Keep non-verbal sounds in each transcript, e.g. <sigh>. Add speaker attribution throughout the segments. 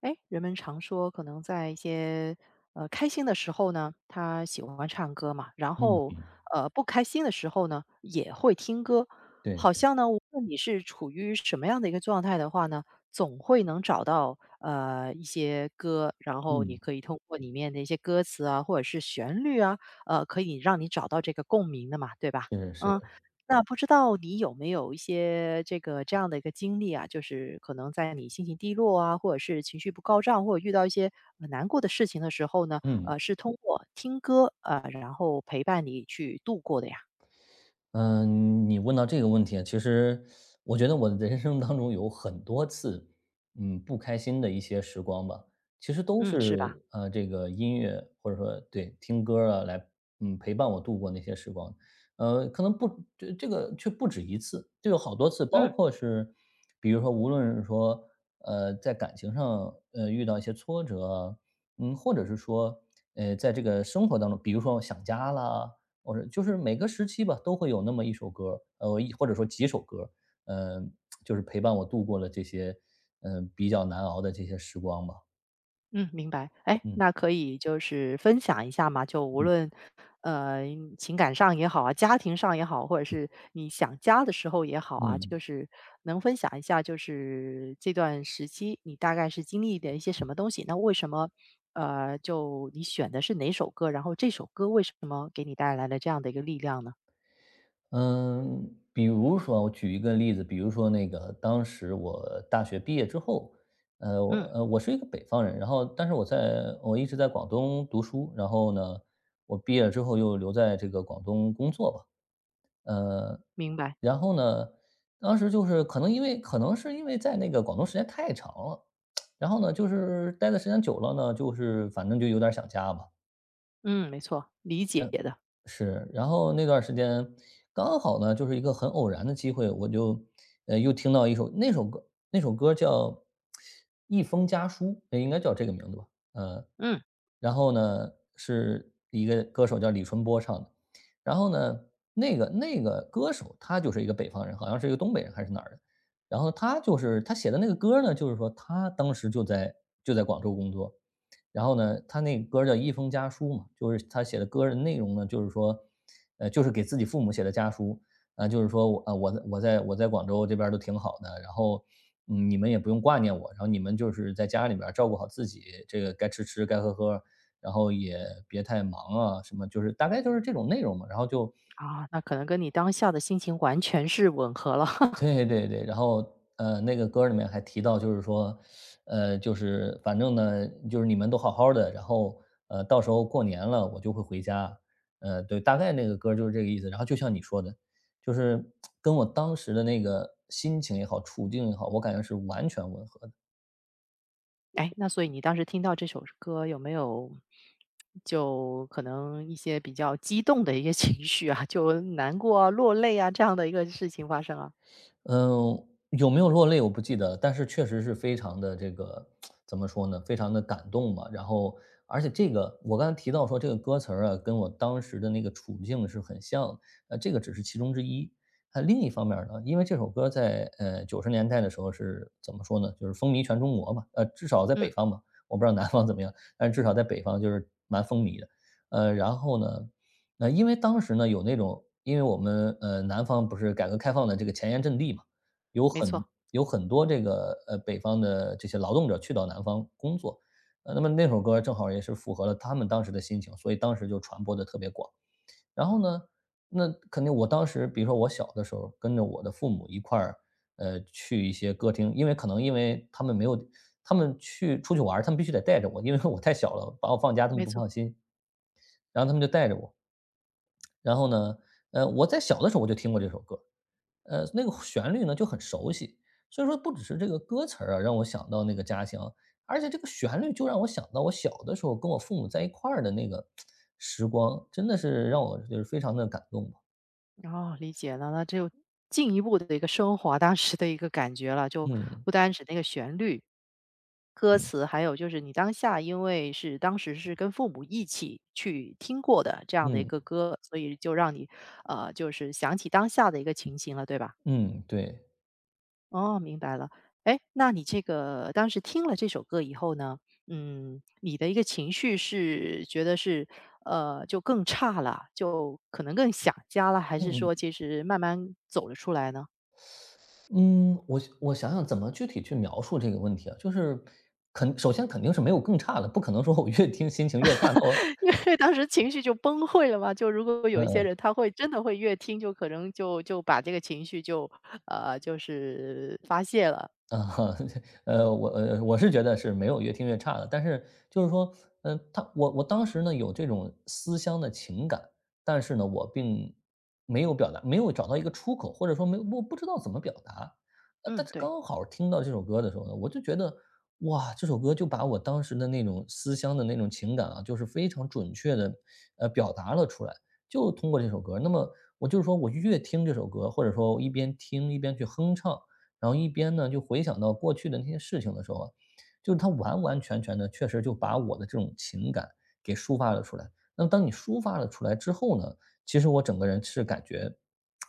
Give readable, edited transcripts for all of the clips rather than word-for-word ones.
Speaker 1: 哎，人们常说，可能在一些开心的时候呢，他喜欢唱歌嘛，然
Speaker 2: 嗯
Speaker 1: 后
Speaker 2: 嗯，
Speaker 1: 不开心的时候呢，也会听歌。
Speaker 2: 对，
Speaker 1: 好像呢，无论你是处于什么样的一个状态的话呢，总会能找到一些歌，然后你
Speaker 2: 嗯，
Speaker 1: 可以通过里面的一些歌词啊，或者是旋律啊，可以让你找到这个共鸣的嘛，对吧？
Speaker 2: 是是，
Speaker 1: 嗯，那不知道你有没有一些这个这样的一个经历啊，就是可能在你心情低落啊，或者是情绪不高涨，或者遇到一些难过的事情的时候呢，
Speaker 2: 嗯。
Speaker 1: 是通过听歌然后陪伴你去度过的呀，
Speaker 2: 嗯，你问到这个问题啊，其实我觉得我的人生当中有很多次，嗯，不开心的一些时光吧，其实都
Speaker 1: 嗯，
Speaker 2: 是
Speaker 1: 是吧？
Speaker 2: 这个音乐或者说对听歌儿啊，来嗯陪伴我度过那些时光。可能不这个却不止一次，就有好多次，包
Speaker 1: 嗯。
Speaker 2: 括是比如说，无论是说在感情上遇到一些挫折啊嗯，或者是说在这个生活当中，比如说想家啦。我说就是每个时期吧，都会有那么一首歌一或者说几首歌呃，就是陪伴我度过了这些，嗯，比较难熬的这些时光吧。
Speaker 1: 嗯，明白。哎，
Speaker 2: 嗯，
Speaker 1: 那可以就是分享一下嘛，就无
Speaker 2: 嗯，
Speaker 1: 论，呃，情感上也好啊，家庭上也好，或者是你想家的时候也好啊，就
Speaker 2: 嗯。
Speaker 1: 是能分享一下，就是这段时期你大概是经历的一些什么东西？那为什么，就你选的是哪首歌？然后这首歌为什么给你带来了这样的一个力量呢？
Speaker 2: 嗯，比如说我举一个例子，比如说那个当时我大学毕业之后，
Speaker 1: 嗯，
Speaker 2: 我是一个北方人，然后但是我一直在广东读书，然后呢，我毕业了之后又留在这个广东工作吧，呃，
Speaker 1: 明白。
Speaker 2: 然后呢，当时就是可能是因为在那个广东时间太长了，<tsk> 然后呢，就是待的时间久了呢，就是反正就有点想家吧。
Speaker 1: 嗯，没错，理解的。
Speaker 2: 是，然后那段时间刚好呢，就是一个很偶然的机会，我就，又听到一首那首歌那首歌叫《一封家书》，应该叫这个名字吧，呃，
Speaker 1: 嗯，
Speaker 2: 然后呢，是一个歌手叫李春波唱的，然后呢，那个歌手他就是一个北方人，好像是一个东北人还是哪儿的，然后他就是他写的那个歌呢，就是说他当时就在广州工作，然后呢，他那歌叫《一封家书》嘛，就是他写的歌的内容呢，就是说，就是给自己父母写的家书，啊，就是说我啊，我在广州这边都挺好的，然后，嗯，你们也不用挂念我，然后你们就是在家里边照顾好自己，这个该吃吃，该喝喝，然后也别太忙啊，什么就是大概就是这种内容嘛，然后就
Speaker 1: 啊，那可能跟你当下的心情完全是吻合了。<laughs>
Speaker 2: 对对对，然后，那个歌儿里面还提到就是说，就是反正呢，就是你们都好好的，然后，到时候过年了我就会回家。对，大概那个歌儿就是这个意思。然后就像你说的，就是跟我当时的那个心情也好，处境也好，我感觉是完全吻合的。
Speaker 1: 哎，那所以你当时听到这首歌有没有就可能一些比较激动的一些 <laughs> 情绪啊，就难过啊、落泪啊这样的一个事情发生啊？
Speaker 2: 嗯，有没有落泪我不记得，但是确实是非常的这个怎么说呢，非常的感动吧。然后而且这个我刚才提到说这个歌词儿啊，跟我当时的那个处境是很像的，这个只是其中之一。那另一方面儿呢，因为这首歌在，90年代的时候是怎么说呢，就是风靡全中国嘛，至少在北
Speaker 1: 嗯，
Speaker 2: 方嘛，我不知道南方怎么样，但是至少在北方就是蛮风靡的。呃，然后呢呃，因为当时呢有那种因为我们，南方不是改革开放的这个前沿阵地嘛，有
Speaker 1: 没
Speaker 2: 很
Speaker 1: 错，
Speaker 2: 有很多这个，北方的这些劳动者去到南方工作。那么那首歌正好也是符合了他们当时的心情，所以当时就传播的特别广。然后呢，那肯定我当时比如说我小的时候跟着我的父母一块儿，去一些歌厅，因为可能因为他们没有他们去出去玩儿他们必须得带着我，因为我太小了，把我放家他
Speaker 1: 没
Speaker 2: 们不
Speaker 1: 错。
Speaker 2: 放心，然后他们就带着我。然后呢，我在小的时候我就听过这首歌，那个旋律呢就很熟悉，所以说不只是这个歌词儿啊，让我想到那个家乡，而且这个旋律就让我想到我小的时候跟我父母在一块儿的那个时光，真的是让我就是非常的感动吧。
Speaker 1: 哦，理解了，那就进一步的一个升华当时的一个感觉了，就
Speaker 2: 嗯，
Speaker 1: 不单指那个旋律、歌
Speaker 2: 嗯，
Speaker 1: 词，还有就是你当下因为是当时是跟父母一起去听过的这样的一
Speaker 2: 嗯，
Speaker 1: 个歌，所以就让你就是想起当下的一个情形了，对吧？
Speaker 2: 嗯，对，
Speaker 1: 哦，明白了。哎，那你这个当时听了这首歌以后呢，嗯，你的一个情绪是觉得是就更差了，就可能更想家了，还是
Speaker 2: 嗯，
Speaker 1: 说其实慢慢走了出来呢？
Speaker 2: 嗯，我想想怎么具体去描述这个问题啊，就是首先肯定是没有更差的，不可能说我越听心情越差，那我
Speaker 1: <laughs> 因为当时情绪就崩溃了嘛，就如果有一些人
Speaker 2: 嗯。
Speaker 1: 他会真的会越听就可能就把这个情绪就就是发泄了。
Speaker 2: 啊，<laughs> 哈，我是觉得是没有越听越差的，但是就是说，嗯、呃他我我当时呢有这种思乡的情感，但是呢，我并没有表达，没有找到一个出口，或者说没我不知道怎么表达。
Speaker 1: 嗯，
Speaker 2: 但是
Speaker 1: 对，
Speaker 2: 刚好听到这首歌的时候呢，我就觉得哇，这首歌就把我当时的那种思乡的那种情感啊，就是非常准确的表达了出来，就通过这首歌。那么我就是说我越听这首歌，或者说我一边听一边去哼唱。然后一边呢，就回想到过去的那些事情的时候啊就是它完完全全的，确实就把我的这种情感给抒发了出来。那么当你抒发了出来之后呢，其实我整个人是感觉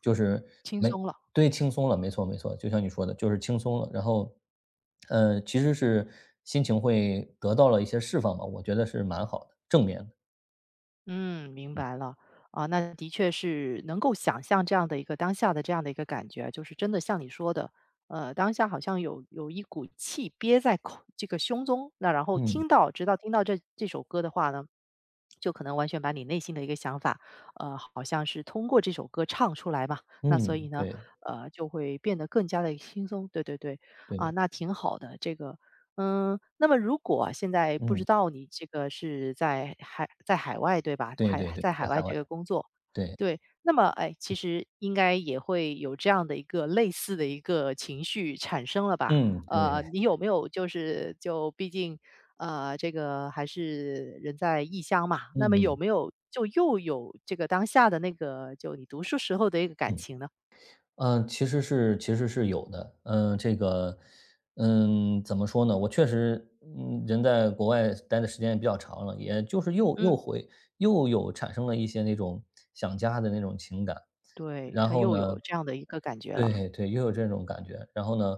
Speaker 2: 就是
Speaker 1: 轻
Speaker 2: 没
Speaker 1: 松了。
Speaker 2: 对，轻松了，没错没错，就像你说的，就是轻松了。然后，其实是心情会得到了一些释放吧，我觉得是蛮好的，正面的。
Speaker 1: 嗯，明白了。啊，那的确是能够想象这样的一个当下的这样的一个感觉，就是真的像你说的，当下好像有一股气憋在口这个胸中，那然后
Speaker 2: 嗯，
Speaker 1: 听到，直到听到这首歌的话呢，就可能完全把你内心的一个想法，好像是通过这首歌唱出来吧，那所以
Speaker 2: 嗯，
Speaker 1: 呢，
Speaker 2: 对，
Speaker 1: 就会变得更加的轻松。对对对，啊，
Speaker 2: 对，
Speaker 1: 那挺好的。这个嗯，那么如果啊现在不知
Speaker 2: 嗯，
Speaker 1: 道你这个是在海外对吧？
Speaker 2: 对对对，
Speaker 1: 在海
Speaker 2: 在海
Speaker 1: 外
Speaker 2: 外，
Speaker 1: 这个工作，
Speaker 2: 对，
Speaker 1: 对，那么哎，其实应该也会有这样的一个类似的一个情绪产生了吧？
Speaker 2: 嗯，对，
Speaker 1: 呃，你有没有就是就毕竟这个还是人在异乡嘛，
Speaker 2: 嗯
Speaker 1: 那么有
Speaker 2: 嗯，
Speaker 1: 没有就又有这个当下的那个就你读书时候的一个感
Speaker 2: 嗯。
Speaker 1: 情呢？
Speaker 2: 嗯，其实是有的。嗯，这个，嗯，怎么说呢？我确实，嗯，人在国外待的时间也比较长了，也就是
Speaker 1: 嗯，
Speaker 2: 又有产生了一些那种想家的那种情感。
Speaker 1: 对，
Speaker 2: 然
Speaker 1: 他
Speaker 2: 后
Speaker 1: 又
Speaker 2: 呢
Speaker 1: 有这样的一个感觉了，
Speaker 2: 对对，又有这种感觉。然后呢，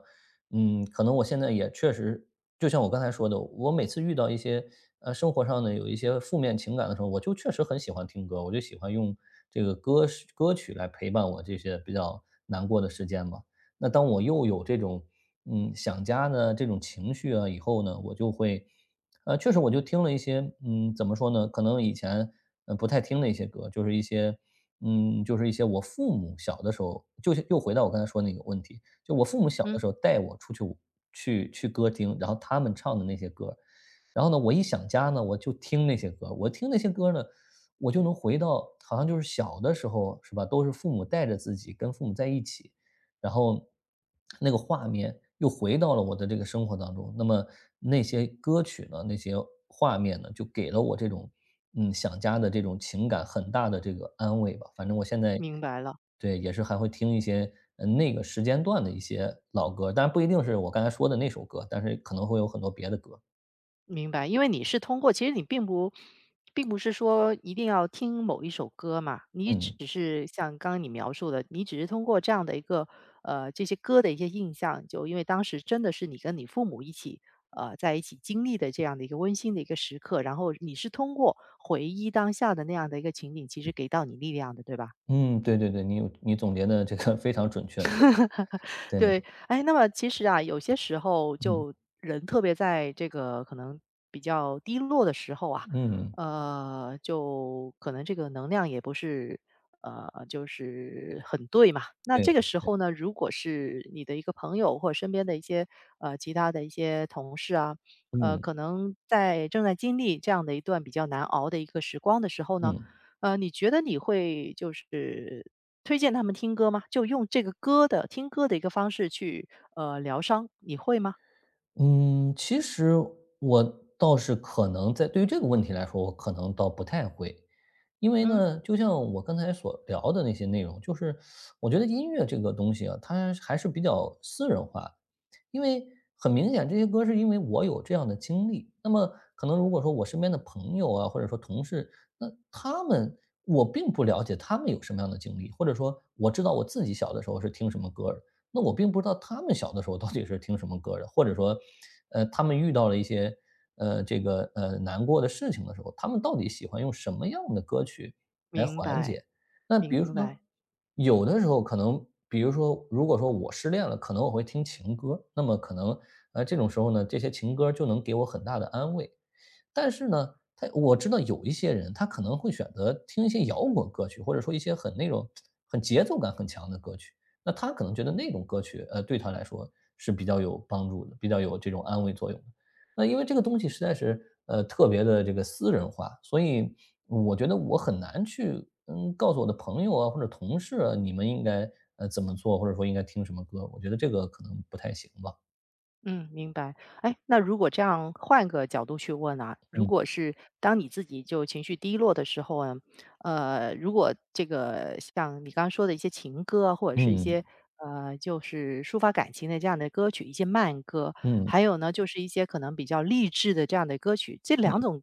Speaker 2: 嗯，可能我现在也确实，就像我刚才说的，我每次遇到一些生活上呢有一些负面情感的时候，我就确实很喜欢听歌，我就喜欢用这个歌曲来陪伴我这些比较难过的时间嘛。那当我又有这种嗯想家的这种情绪啊以后呢，我就会，确实我就听了一些嗯怎么说呢，可能以前不太听的一些歌，就是一些嗯就是一些我父母小的时候，就是又回到我刚才说那个问题，就我父母小
Speaker 1: 嗯，
Speaker 2: 的时候带我出去去歌厅，然后他们唱的那些歌，然后呢我一想家呢，我就听那些歌，我听那些歌呢。我就能回到好像就是小的时候，是吧？都是父母带着自己，跟父母在一起，然后那个画面又回到了我的这个生活当中。那么那些歌曲呢，那些画面呢，就给了我这种嗯想家的这种情感很大的这个安慰吧。反正我现在
Speaker 1: 明白了。
Speaker 2: 对也是还会听一些那个时间段的一些老歌，当然不一定是我刚才说的那首歌，但是可能会有很多别的歌。
Speaker 1: 明白，因为你是通过其实你并不是说一定要听某一首歌嘛，你
Speaker 2: 嗯
Speaker 1: 只是像刚刚你描述的，你只是通过这样的一个，这些歌的一些印象，就因为当时真的是你跟你父母一起，在一起经历的这样的一个温馨的一个时刻，然后你是通过回忆当下的那样的一个情景，其实给到你力量的，对吧？
Speaker 2: 嗯，对对对，你有你总结的这个非常准确，是的
Speaker 1: 对，
Speaker 2: 对，
Speaker 1: 哎，那么其实啊，有些时候
Speaker 2: 嗯
Speaker 1: 就人特别在这个可能比较低落的时候啊，
Speaker 2: 嗯，
Speaker 1: 就可能这个能量也不是就是很对嘛。那
Speaker 2: 对，
Speaker 1: 这个时候呢，如果是你的一个朋友或者身边的一些其他的一些同事啊，
Speaker 2: 嗯
Speaker 1: 可能在正在经历这样的一段比较难熬的一个时光的时候呢，
Speaker 2: 嗯。
Speaker 1: 你觉得你会就是推荐他们听歌吗？就用这个歌的听歌的一个方式去，疗伤，你会吗？
Speaker 2: 嗯，其实我倒是可能在对于这个问题来说，我可能倒不太会。因为
Speaker 1: 嗯，
Speaker 2: 呢，就像我刚才所聊的那些内容，就是我觉得音乐这个东西啊，它还是比较私人化。因为很明显，这些歌是因为我有这样的经历，那么可能如果说我身边的朋友啊，或者说同事，那他们我并不了解他们有什么样的经历，或者说我知道我自己小的时候是听什么歌儿，那我并不知道他们小的时候到底是听什么歌的，或者说，他们遇到了一些难过的事情的时候，他们到底喜欢用什么样的歌曲来
Speaker 1: 明
Speaker 2: 缓
Speaker 1: 白，
Speaker 2: 解？那比如
Speaker 1: 明白，
Speaker 2: 说，有的时候可能，比如说，如果说我失恋了，可能我会听情歌，那么可能这种时候呢，这些情歌就能给我很大的安慰。但是呢，我知道有一些人，他可能会选择听一些摇滚歌曲，或者说一些很那种很节奏感很强的歌曲。那他可能觉得那种歌曲，对他来说是比较有帮助的，比较有这种安慰作用的。那因为这个东西实在是，特别的这个私人化，所以我觉得我很难去，嗯，告诉我的朋友啊或者同事啊，你们应该怎么做，或者说应该听什么歌，我觉得这个可能不太行吧。
Speaker 1: 嗯，明白。哎，那如果这样换个角度去问啊，如果
Speaker 2: 嗯
Speaker 1: 是当你自己就情绪低落的时候啊，如果这个像你刚刚说的一些情歌啊或者是一
Speaker 2: 嗯
Speaker 1: 些，就是抒发感情的这样的歌曲，一些慢歌，
Speaker 2: 嗯
Speaker 1: 还有呢，就是一些可能比较励志的这样的歌曲，这两
Speaker 2: 嗯
Speaker 1: 种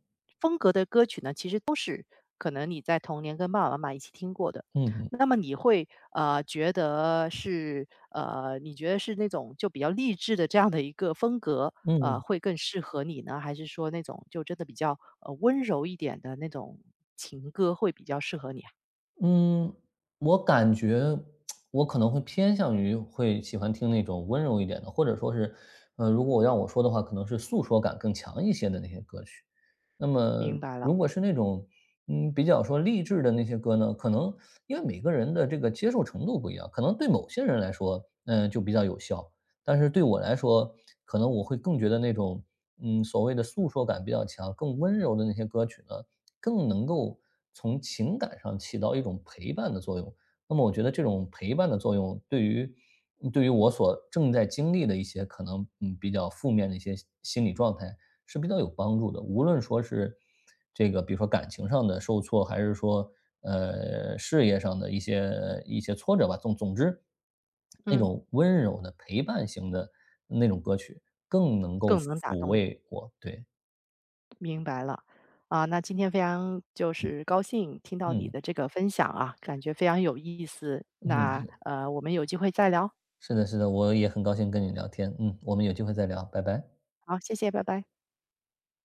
Speaker 1: 是可能你在童年跟爸爸妈妈一起听过的。
Speaker 2: 嗯嗯
Speaker 1: 那么你会，觉得是你觉得是那种就比较励志的这样的一个风格，
Speaker 2: 嗯。
Speaker 1: 会更适合你呢？还是说那种就真的比较，温柔一点的那种情歌会比较适合你啊？
Speaker 2: 嗯，我感觉我可能会偏向于会喜欢听那种温柔一点的，或者说是，如果让我说的话，可能是诉说感更强一些的那些歌曲。那么
Speaker 1: 明白了，
Speaker 2: 如果是那种，嗯，比较说励志的那些歌呢，可能因为每个人的这个接受程度不一样，可能对某些人来说，嗯、就比较有效；但是对我来说，可能我会更觉得那种，嗯，所谓的诉说感比较强、更温柔的那些歌曲呢，更能够从情感上起到一种陪伴的作用。那么我觉得这种陪伴的作用，对于嗯对于我所正在经历的一些可能，嗯，比较负面的一些心理状态，是比较有帮助的。无论说是这个，比如说感情上的受挫，还是说事业上的一些挫折吧，总之，那
Speaker 1: 嗯，
Speaker 2: 种温柔的陪伴型的那种歌曲更能够
Speaker 1: 更能打
Speaker 2: 抚
Speaker 1: 动你，
Speaker 2: 慰我。对，
Speaker 1: 明白了。啊，那今天非常就是高兴听到你
Speaker 2: 嗯
Speaker 1: 的这个分享啊，感觉非常有意思。那，
Speaker 2: 嗯，
Speaker 1: 我们有机会再聊，
Speaker 2: 是的，是的，我也很高兴跟你聊天。嗯，我们有机会再聊，拜拜。
Speaker 1: 好，谢谢，拜拜。